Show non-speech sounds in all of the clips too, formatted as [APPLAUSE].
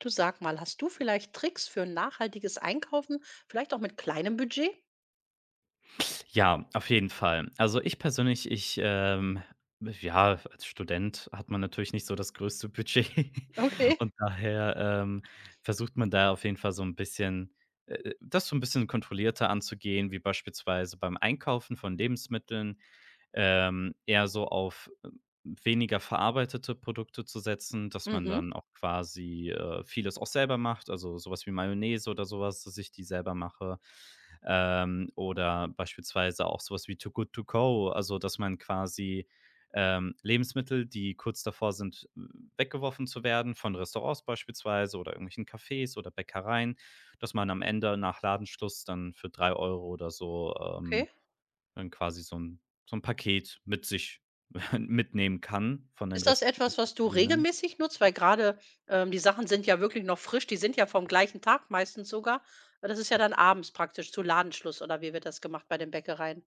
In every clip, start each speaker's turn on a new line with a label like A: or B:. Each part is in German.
A: Du sag mal, hast du vielleicht Tricks für nachhaltiges Einkaufen, vielleicht auch mit kleinem Budget?
B: Ja, auf jeden Fall. Also, ich persönlich, ja, als Student hat man natürlich nicht so das größte Budget [LAUGHS]
A: Okay.
B: und daher, versucht man da auf jeden Fall so ein bisschen das so ein bisschen kontrollierter anzugehen, wie beispielsweise beim Einkaufen von Lebensmitteln, eher so auf weniger verarbeitete Produkte zu setzen, dass man
A: Mhm,
B: dann auch quasi, vieles auch selber macht, also sowas wie Mayonnaise oder sowas, dass ich die selber mache. Oder beispielsweise auch sowas wie Too Good To Go, also dass man quasi, Lebensmittel, die kurz davor sind, weggeworfen zu werden, von Restaurants beispielsweise oder irgendwelchen Cafés oder Bäckereien, dass man am Ende nach Ladenschluss dann für 3 Euro oder so,
A: okay.
B: dann quasi so ein Paket mit sich [LAUGHS] mitnehmen kann von den
A: Ist das
B: rest
A: etwas,
B: übrig
A: was du
B: gebliebenen.
A: regelmäßig nutzt? Weil gerade die Sachen sind ja wirklich noch frisch, die sind ja vom gleichen Tag meistens sogar. Das ist ja dann abends praktisch zu Ladenschluss oder wie wird das gemacht bei den Bäckereien?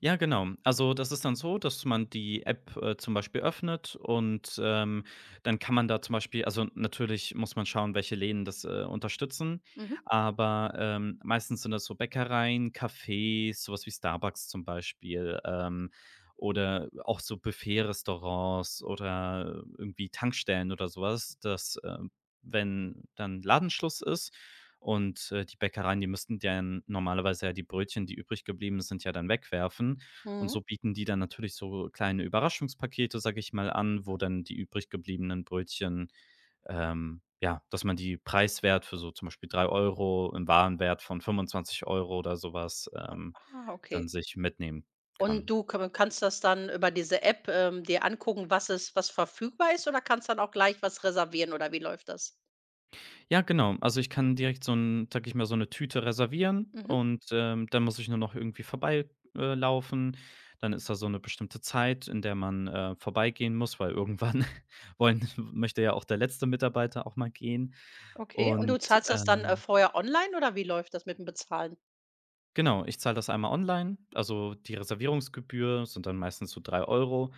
B: Ja, genau. Also, das ist dann so, dass man die App, zum Beispiel öffnet und, dann kann man da zum Beispiel also, natürlich muss man schauen, welche Läden das, unterstützen,
A: Mhm.
B: aber, meistens sind das so Bäckereien, Cafés, sowas wie Starbucks zum Beispiel, oder auch so Buffet-Restaurants oder irgendwie Tankstellen oder sowas, was, dass, wenn dann Ladenschluss ist, und, die Bäckereien, die müssten dann normalerweise ja die Brötchen, die übrig geblieben sind, ja dann wegwerfen. Und
A: Mhm.
B: so bieten die dann natürlich so kleine Überraschungspakete, sage ich mal, an, wo dann die übrig gebliebenen Brötchen, ja, dass man die preiswert für so zum Beispiel 3 Euro im Warenwert von 25 Euro oder sowas,
A: Ah, okay.
B: dann sich mitnehmen
A: Und
B: kann.
A: du ka kannst das dann über diese App, dir angucken, was verfügbar ist oder kannst dann auch gleich was reservieren oder wie läuft das?
B: Ja, genau. Also, ich kann direkt so ein, sag ich mal, so eine Tüte reservieren
A: Mhm.
B: und, dann muss ich nur noch irgendwie vorbeilaufen. Laufen. Dann ist da so eine bestimmte Zeit, in der man, vorbeigehen muss, weil irgendwann [LAUGHS] wollen [LAUGHS] möchte ja auch der letzte Mitarbeiter auch mal gehen.
A: Okay, und du
B: Und,
A: zahlst das dann,
B: ähm,
A: vorher online oder wie läuft das mit dem Bezahlen?
B: genau, ich zahle das einmal online. Also, die Reservierungsgebühr sind dann meistens so 3 Euro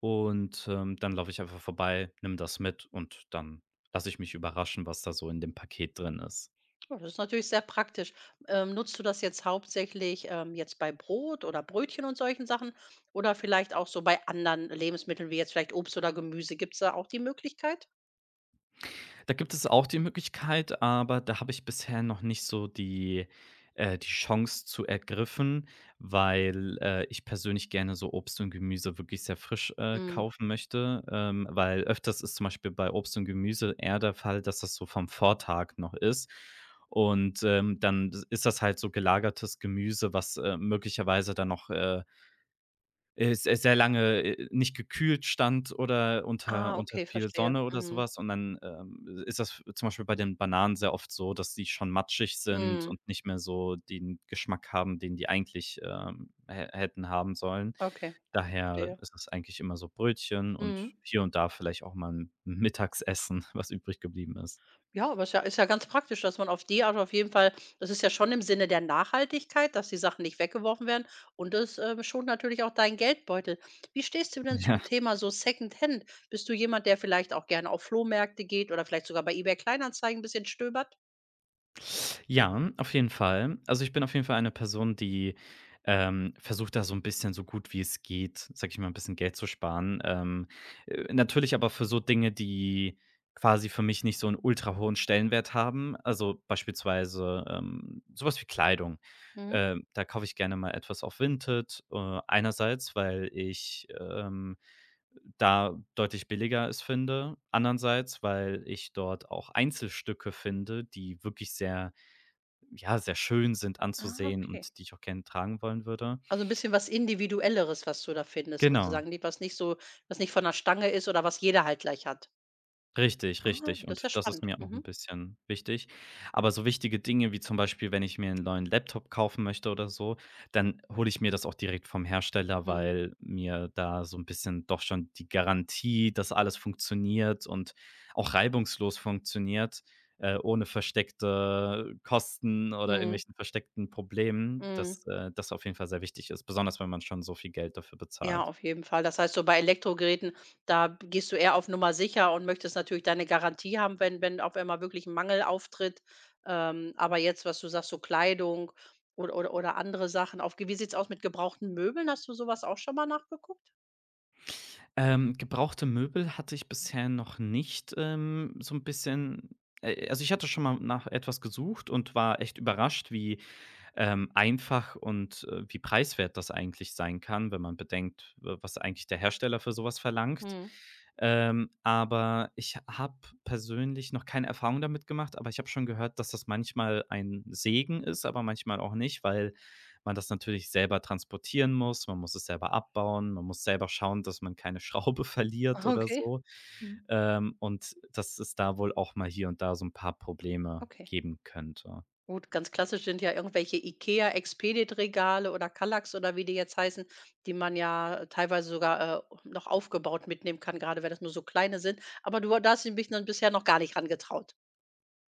B: und, dann laufe ich einfach vorbei, nehme das mit und dann lasse ich mich überraschen, was da so in dem Paket drin ist.
A: Ja, das ist natürlich sehr praktisch. Nutzt du das jetzt hauptsächlich, jetzt bei Brot oder Brötchen und solchen Sachen oder vielleicht auch so bei anderen Lebensmitteln wie jetzt vielleicht Obst oder Gemüse? Gibt's da auch die Möglichkeit?
B: Da gibt es auch die Möglichkeit, aber da habe ich bisher noch nicht so die Chance zu ergriffen, weil, ich persönlich gerne so Obst und Gemüse wirklich sehr frisch,
A: Mhm.
B: kaufen möchte, weil öfters ist zum Beispiel bei Obst und Gemüse eher der Fall, dass das so vom Vortag noch ist. Und, dann ist das halt so gelagertes Gemüse, was, möglicherweise dann noch, se sehr lange, nicht gekühlt stand oder unter
A: Ah,
B: unter
A: okay,
B: viel
A: verstehe.
B: Sonne oder
A: Mhm.
B: sowas. Und dann, ist das zum Beispiel bei den Bananen sehr oft so, dass die schon matschig sind
A: Mhm.
B: und nicht mehr so den Geschmack haben, den die eigentlich, hä hätten haben sollen.
A: Okay,
B: Daher
A: verstehe.
B: ist es eigentlich immer so Brötchen
A: Mhm.
B: und hier und da vielleicht auch mal 'n Mittagsessen, [LAUGHS] was übrig geblieben ist.
A: Ja, aber ist ja ganz praktisch, dass man auf die Art auf jeden Fall, das ist ja schon im Sinne der Nachhaltigkeit, dass die Sachen nicht weggeworfen werden und das, schont natürlich auch deinen Geldbeutel. Wie stehst du denn zum
B: [LAUGHS]
A: Thema so Secondhand? Bist du jemand, der vielleicht auch gerne auf Flohmärkte geht oder vielleicht sogar bei eBay Kleinanzeigen 'n bisschen stöbert?
B: Ja, auf jeden Fall. Also, ich bin auf jeden Fall eine Person, die, versucht da so ein bisschen so gut wie es geht, sage ich mal, ein bisschen Geld zu sparen. Natürlich aber für so Dinge, die quasi für mich nicht so 'n ultra hohen Stellenwert haben. Also, beispielsweise, so wie Kleidung.
A: Mhm.
B: Da kaufe ich gerne mal etwas auf Vinted, einerseits, weil ich, da deutlich billiger es finde, andererseits, weil ich dort auch Einzelstücke finde, die wirklich sehr, ja, sehr schön sind
A: Ah,
B: anzusehen
A: okay.
B: und die ich auch gerne tragen wollen würde.
A: Also ein bisschen was Individuelleres, was du da findest
B: Genau.
A: sozusagen, nicht was nicht so, was nicht von der Stange ist oder was jeder halt gleich hat.
B: Richtig,
A: Ah,
B: richtig.
A: das ist
B: Und
A: ja
B: das ist
A: spannend.
B: mir auch ein
A: Mhm.
B: bisschen wichtig. Aber so wichtige Dinge wie zum Beispiel, wenn ich mir einen neuen Laptop kaufen möchte oder so, dann hole ich mir das auch direkt vom Hersteller,
A: Mhm.
B: weil mir da so ein bisschen doch schon die Garantie, dass alles funktioniert und auch reibungslos funktioniert, ohne versteckte Kosten oder
A: Mhm.
B: irgendwelchen versteckten Problemen,
A: Mhm.
B: dass, das auf jeden Fall sehr wichtig ist, besonders wenn man schon so viel Geld dafür
A: Ja,
B: bezahlt.
A: auf jeden Fall. Das heißt, so bei Elektrogeräten, da b gehst du eher auf Nummer sicher und möchtest natürlich deine Garantie haben, wenn auf einmal wirklich 'n Mangel auftritt. Aber jetzt, was du sagst, so Kleidung oder andere Sachen, auf Ge wie sieht's aus mit gebrauchten Möbeln? Hast du sowas auch schon mal nachgeguckt?
B: Gebrauchte Möbel hatte ich bisher noch nicht, so ein bisschen also, ich hatte schon mal nach etwas gesucht und war echt überrascht, wie einfach und, wie preiswert das eigentlich sein kann, wenn man bedenkt, w was eigentlich der Hersteller für so was verlangt.
A: Mhm.
B: Aber ich habe persönlich noch keine Erfahrung damit gemacht, aber ich habe schon gehört, dass das manchmal ein Segen ist, aber manchmal auch nicht, weil man das natürlich selber transportieren muss, man muss es selber abbauen, man muss selber schauen, dass man keine Schraube [LAUGHS] verliert oder
A: Okay.
B: so.
A: Mhm.
B: Und dass es da wohl auch mal hier und da so ein paar Probleme
A: Okay.
B: geben könnte.
A: Gut, ganz klassisch sind ja irgendwelche IKEA Expedit Regale oder Kallax oder wie die jetzt heißen, die man ja teilweise sogar, noch aufgebaut mitnehmen kann, gerade wenn das nur so kleine sind. Aber du, da hast dich bisher noch gar nicht rangetraut.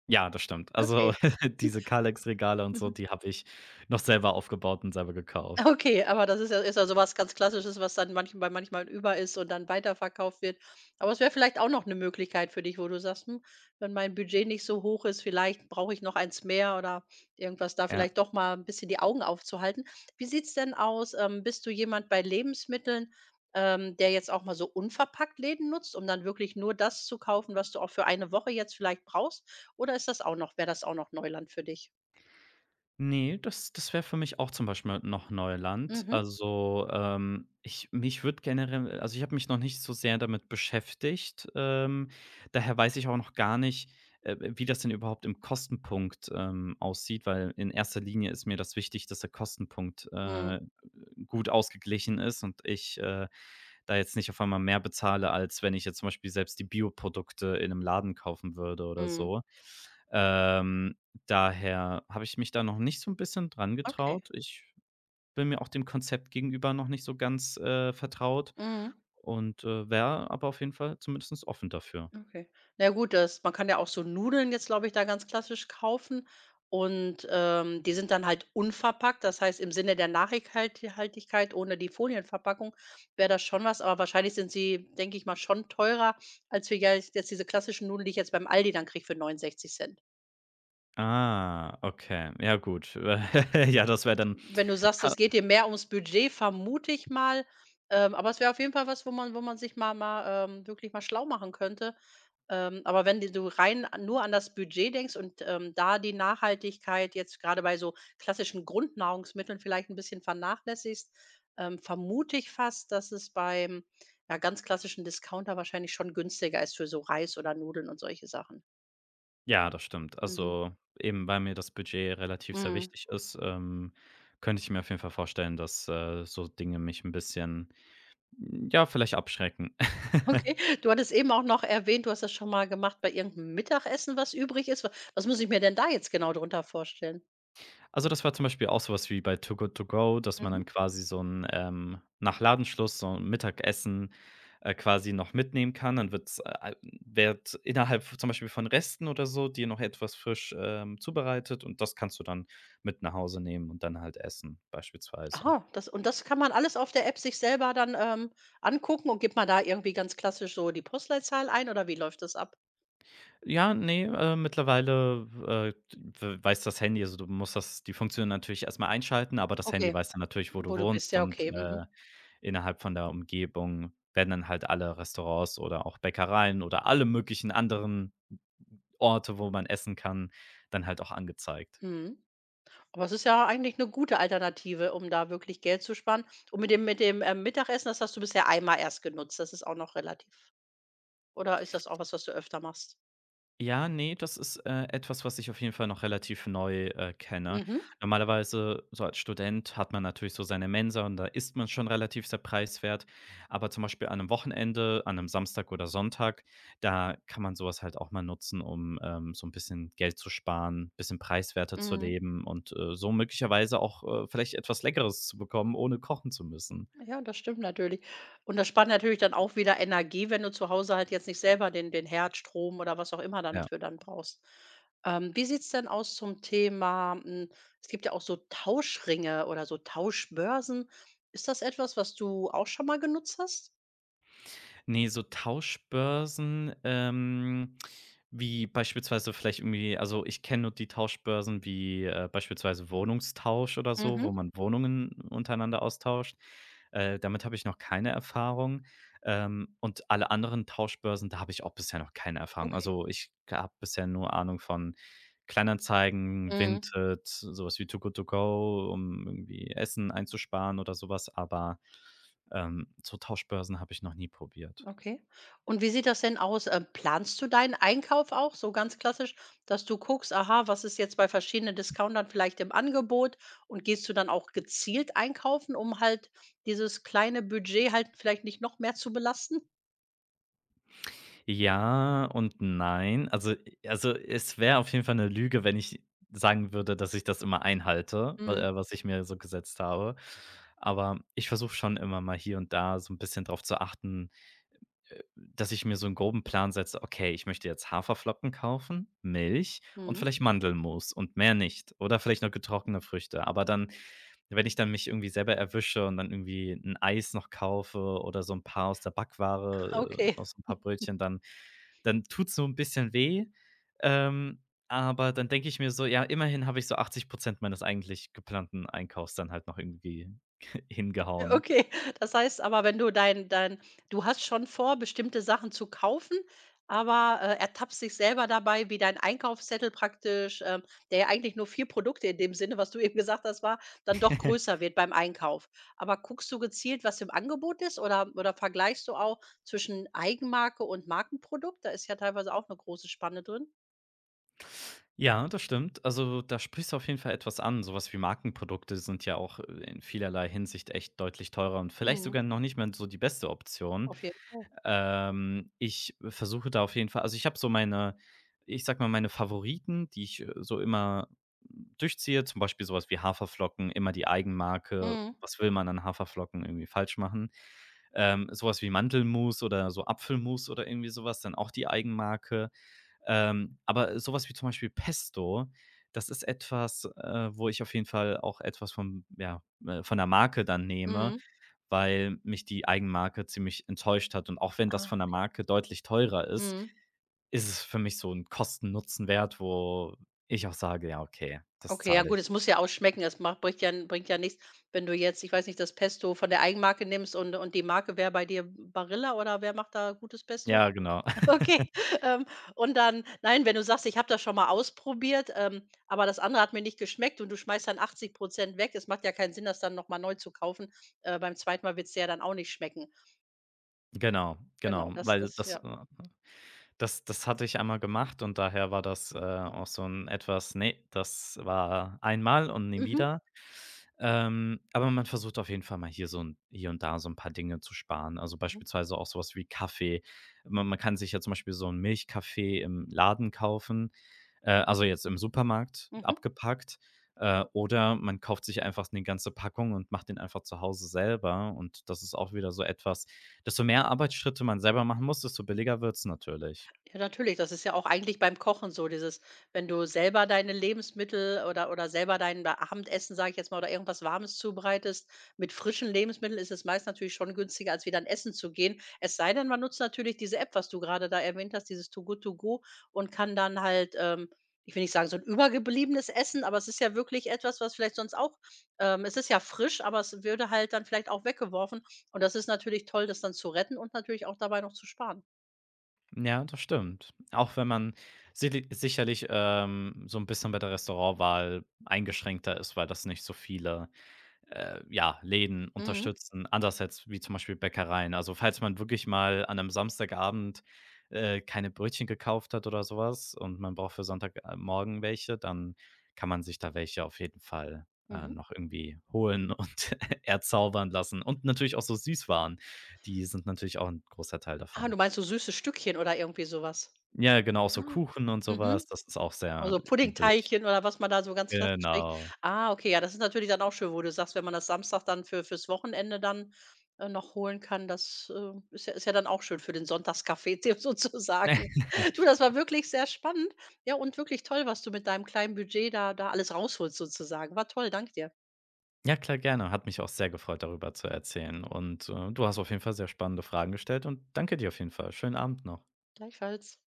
B: Ja, das stimmt. Also,
A: Okay.
B: [LAUGHS] diese Kallax-Regale und so, die
A: [LAUGHS]
B: habe ich noch selber aufgebaut und selber gekauft.
A: Okay, aber das ist ja sowas ganz Klassisches, was dann manchmal über ist und dann weiterverkauft wird. Aber es wäre vielleicht auch noch eine Möglichkeit für dich, wo du sagst: „Hm, wenn mein Budget nicht so hoch ist, vielleicht brauche ich noch eins mehr oder irgendwas, da
B: Ja.
A: vielleicht doch mal ein bisschen die Augen aufzuhalten." Wie sieht's denn aus? Bist du jemand bei Lebensmitteln, der jetzt auch mal so unverpackt Läden nutzt, um dann wirklich nur das zu kaufen, was du auch für eine Woche jetzt vielleicht brauchst? Oder ist das auch noch wäre das auch noch Neuland für dich?
B: Ne, das wäre für mich auch zum Beispiel noch Neuland.
A: Mhm.
B: Also, ich mich würde generell also, ich habe mich noch nicht so sehr damit beschäftigt. Daher weiß ich auch noch gar nicht, wie das denn überhaupt im Kostenpunkt, aussieht, weil in erster Linie ist mir das wichtig, dass der Kostenpunkt,
A: Mhm.
B: gut ausgeglichen ist und ich, da jetzt nicht auf einmal mehr bezahle, als wenn ich jetzt zum Beispiel selbst die Bioprodukte in einem Laden kaufen würde oder
A: Mhm.
B: so. Ähm. Daher habe ich mich da noch nicht so ein bisschen dran
A: Okay.
B: getraut. Ich bin mir auch dem Konzept gegenüber noch nicht so ganz, vertraut
A: Mhm.
B: und, wäre aber auf jeden Fall zumindest offen dafür.
A: Okay. Na ja gut, das man kann ja auch so Nudeln jetzt, glaube ich, da ganz klassisch kaufen und, die sind dann halt unverpackt. Das heißt, im Sinne der Nachhaltigkeit ohne die Folienverpackung wäre das schon was, aber wahrscheinlich sind sie, denke ich mal, schon teurer als wir ja jetzt diese klassischen Nudeln, die ich jetzt beim Aldi dann kriege für 69 Cent.
B: Ah, okay. Ja gut. [LAUGHS] Ja, das wäre dann
A: Wenn du sagst,
B: ha
A: es geht dir mehr ums Budget, vermute ich mal. Aber es wäre auf jeden Fall was, wo man sich mal, wirklich mal schlau machen könnte. Aber wenn d du rein an nur an das Budget denkst und, da die Nachhaltigkeit jetzt gerade bei so klassischen Grundnahrungsmitteln vielleicht ein bisschen vernachlässigst, vermute ich fast, dass es beim, ja, ganz klassischen Discounter wahrscheinlich schon günstiger ist für so Reis oder Nudeln und solche Sachen.
B: ja, das stimmt.
A: Mhm.
B: Also, eben weil mir das Budget relativ sehr
A: Mhm.
B: wichtig ist, könnte ich mir auf jeden Fall vorstellen, dass, so Dinge mich ein bisschen, ja, vielleicht abschrecken. [LAUGHS]
A: Okay, du hattest eben auch noch erwähnt, du hast das schon mal gemacht bei irgendeinem Mittagessen, was übrig ist. Wa was muss ich mir denn da jetzt genau drunter vorstellen?
B: Also, das war zum Beispiel auch sowas wie bei Too Good To Go, dass man
A: Mhm.
B: dann quasi so 'n, nach Ladenschluss so ein Mittagessen, quasi noch mitnehmen kann. Dann wird innerhalb zum Beispiel von Resten oder so dir noch etwas frisch, zubereitet und das kannst du dann mit nach Hause nehmen und dann halt essen beispielsweise.
A: Aha, das kann man alles auf der App sich selber dann, angucken, und gibt man da irgendwie ganz klassisch so die Postleitzahl ein oder wie läuft das ab?
B: Ja, nee, mittlerweile, w weiß das Handy, also, du musst das die Funktion natürlich erstmal einschalten, aber das Handy
A: Okay,
B: weiß dann natürlich, wo du
A: wo du bist,
B: wohnst
A: ja,
B: und,
A: okay. Mhm.
B: innerhalb von der Umgebung werden dann halt alle Restaurants oder auch Bäckereien oder alle möglichen anderen Orte, wo man essen kann, dann halt auch angezeigt.
A: Mhm. Aber es ist ja eigentlich eine gute Alternative, um da wirklich Geld zu sparen. Und mit dem, Mittagessen, das hast du bisher einmal erst genutzt. Das ist auch noch relativ, oder ist das auch was, was du öfter machst?
B: Ja, nee, das ist, etwas, was ich auf jeden Fall noch relativ neu, kenne.
A: Mhm.
B: Normalerweise, so als Student, hat man natürlich so seine Mensa und da isst man schon relativ sehr preiswert. Aber zum Beispiel an einem Wochenende, an einem Samstag oder Sonntag, da kann man sowas halt auch mal nutzen, um, so ein bisschen Geld zu sparen, bisschen preiswerter zu
A: Mhm.
B: leben und, so möglicherweise auch, vielleicht etwas Leckeres zu bekommen, ohne kochen zu müssen.
A: Ja, das stimmt natürlich. Und das spart natürlich dann auch wieder Energie, wenn du zu Hause halt jetzt nicht selber den Herd, Strom oder was auch immer
B: Ja.
A: dann brauchst. Wie sieht's denn aus zum Thema es gibt ja auch so Tauschringe oder so Tauschbörsen. Ist das etwas, was du auch schon mal genutzt hast?
B: Ne, so Tauschbörsen, wie beispielsweise vielleicht irgendwie, also, ich kenne nur die Tauschbörsen wie, beispielsweise Wohnungstausch oder so,
A: Mhm,
B: wo man Wohnungen untereinander austauscht. Damit habe ich noch keine Erfahrung. Und alle anderen Tauschbörsen, da habe ich auch bisher noch keine Erfahrung.
A: okay.
B: Also, ich habe bisher nur Ahnung von Kleinanzeigen,
A: Mhm.
B: Vinted, sowas wie Too Good To Go, um irgendwie Essen einzusparen oder sowas, aber, so Tauschbörsen habe ich noch nie probiert.
A: Okay. Und wie sieht das denn aus? Planst du deinen Einkauf auch so ganz klassisch, dass du guckst, aha, was ist jetzt bei verschiedenen Discountern vielleicht im Angebot, und gehst du dann auch gezielt einkaufen, um halt dieses kleine Budget halt vielleicht nicht noch mehr zu belasten?
B: Ja und nein. Also, es wäre auf jeden Fall eine Lüge, wenn ich sagen würde, dass ich das immer einhalte, wa
A: Mhm.
B: was ich mir so gesetzt habe. Aber ich versuche schon immer mal hier und da so ein bisschen drauf zu achten, dass ich mir so einen groben Plan setze: „Okay, ich möchte jetzt Haferflocken kaufen, Milch und
A: Mhm.
B: vielleicht Mandelmus und mehr nicht oder vielleicht noch getrocknete Früchte.“ Aber dann, wenn ich dann mich irgendwie selber erwische und dann irgendwie ein Eis noch kaufe oder so ein paar aus der Backware,
A: Okay.
B: noch so ein paar Brötchen, dann tut's so ein bisschen weh. Ähm, aber dann denke ich mir so: „Ja, immerhin habe ich so 80% meines eigentlich geplanten Einkaufs dann halt noch irgendwie [LAUGHS] hingehauen.“
A: Okay, das heißt aber, wenn du dein dein du hast schon vor, bestimmte Sachen zu kaufen, aber, ertappst dich selber dabei, wie dein Einkaufszettel praktisch, der ja eigentlich nur 4 Produkte in dem Sinne, was du eben gesagt hast, war, dann doch
B: [LAUGHS]
A: größer wird beim Einkauf. Aber guckst du gezielt, was im Angebot ist, oder vergleichst du auch zwischen Eigenmarke und Markenprodukt? Da ist ja teilweise auch eine große Spanne drin.
B: Ja, das stimmt. Also, da sprichst du auf jeden Fall etwas an. Sowas wie Markenprodukte sind ja auch, in vielerlei Hinsicht echt deutlich teurer und vielleicht
A: Mhm,
B: sogar noch nicht mal so die beste Option.
A: auf jeden Fall.
B: Ich versuche da auf jeden Fall, also, ich habe so meine, ich sag mal, meine Favoriten, die ich, so immer durchziehe, zum Beispiel sowas wie Haferflocken, immer die Eigenmarke.
A: Mhm,
B: Was will man an Haferflocken irgendwie falsch machen? So wie Mandelmus oder so Apfelmus oder irgendwie sowas, dann auch die Eigenmarke. Aber sowas wie zum Beispiel Pesto, das ist etwas, wo ich auf jeden Fall auch etwas vom ja, von der Marke dann nehme,
A: mhm.
B: weil mich die Eigenmarke ziemlich enttäuscht hat. Und auch wenn das von
A: Ah,
B: der Marke deutlich teurer ist,
A: mhm.
B: ist es für mich so ein Kosten-Nutzen-Wert, wo ich auch sage: „Ja, okay, das
A: Okay, ja
B: zahle
A: gut,
B: ich.“
A: es muss ja auch schmecken. Es macht bringt ja nichts, wenn du jetzt, ich weiß nicht, das Pesto von der Eigenmarke nimmst, und die Marke wäre bei dir Barilla oder wer macht da gutes Pesto?
B: Ja, genau.
A: [LAUGHS] Okay,
B: [LAUGHS]
A: ähm, und dann nein, wenn du sagst: „Ich habe das schon mal ausprobiert, aber das andere hat mir nicht geschmeckt", und du schmeißt dann 80% weg. Es macht ja keinen Sinn, das dann noch mal neu zu kaufen. Beim zweiten Mal wird es ja dann auch nicht schmecken.
B: Genau,
A: Genau,
B: genau,
A: das
B: weil
A: ist
B: das.
A: ja.
B: Das hatte ich einmal gemacht und daher war das, auch so ein etwas, ne, das war einmal und nie
A: Mhm.
B: wieder. Aber man versucht auf jeden Fall mal hier und da so ein paar Dinge zu sparen. Also,
A: Mhm.
B: beispielsweise auch sowas wie Kaffee. Man kann sich ja zum Beispiel so 'n Milchkaffee im Laden kaufen, also jetzt im Supermarkt
A: Mhm.
B: abgepackt, oder man kauft sich einfach eine ganze Packung und macht den einfach zu Hause selber, und das ist auch wieder so etwas: desto mehr Arbeitsschritte man selber machen muss, desto billiger wird's natürlich.
A: Ja, natürlich. Das ist ja auch eigentlich beim Kochen so, dieses, wenn du selber deine Lebensmittel oder selber dein Abendessen, sage ich jetzt mal, oder irgendwas Warmes zubereitest, mit frischen Lebensmitteln ist es meist natürlich schon günstiger, als wieder ein Essen zu gehen. Es sei denn, man nutzt natürlich diese App, was du gerade da erwähnt hast, dieses Too Good To Go, und kann dann halt, ich will nicht sagen, so ein übergebliebenes Essen, aber es ist ja wirklich etwas, was vielleicht sonst auch, es ist ja frisch, aber es würde halt dann vielleicht auch weggeworfen. Und das ist natürlich toll, das dann zu retten und natürlich auch dabei noch zu sparen.
B: Ja, das stimmt. Auch wenn man sicherlich, so ein bisschen bei der Restaurantwahl eingeschränkter ist, weil das nicht so viele, ja, Läden
A: Mhm.
B: unterstützen, anders jetzt wie zum Beispiel Bäckereien. Also, falls man wirklich mal an einem Samstagabend, keine Brötchen gekauft hat oder sowas und man braucht für Sonntagmorgen welche, dann kann man sich da welche auf jeden Fall,
A: Mhm.
B: noch irgendwie holen und [LAUGHS] erzaubern lassen. Und natürlich auch so Süßwaren, die sind natürlich auch ein großer Teil
A: Ah,
B: davon.
A: du meinst so süße Stückchen oder irgendwie so was?
B: Ja, genau, so
A: Ah.
B: Kuchen und so was,
A: Mhm.
B: das ist auch sehr
A: Also,
B: üblich.
A: Puddingteigchen oder was man da so ganz klassisch kriegt.
B: Genau.
A: Ah, okay, ja, das ist natürlich dann auch schön, wo du sagst, wenn man das Samstag dann fürs Wochenende dann, noch holen kann, das, ist ja dann auch schön für den Sonntagskaffee [LAUGHS] [UNINTELLIGIBLE] sozusagen. Du,
B: [LAUGHS]
A: das war wirklich sehr spannend, ja, und wirklich toll, was du mit deinem kleinen Budget da alles rausholst sozusagen. War toll, danke dir.
B: Ja, klar, gerne. Hat mich auch sehr gefreut, darüber zu erzählen, und, du hast auf jeden Fall sehr spannende Fragen gestellt und danke dir auf jeden Fall. Schönen Abend noch.
A: Gleichfalls.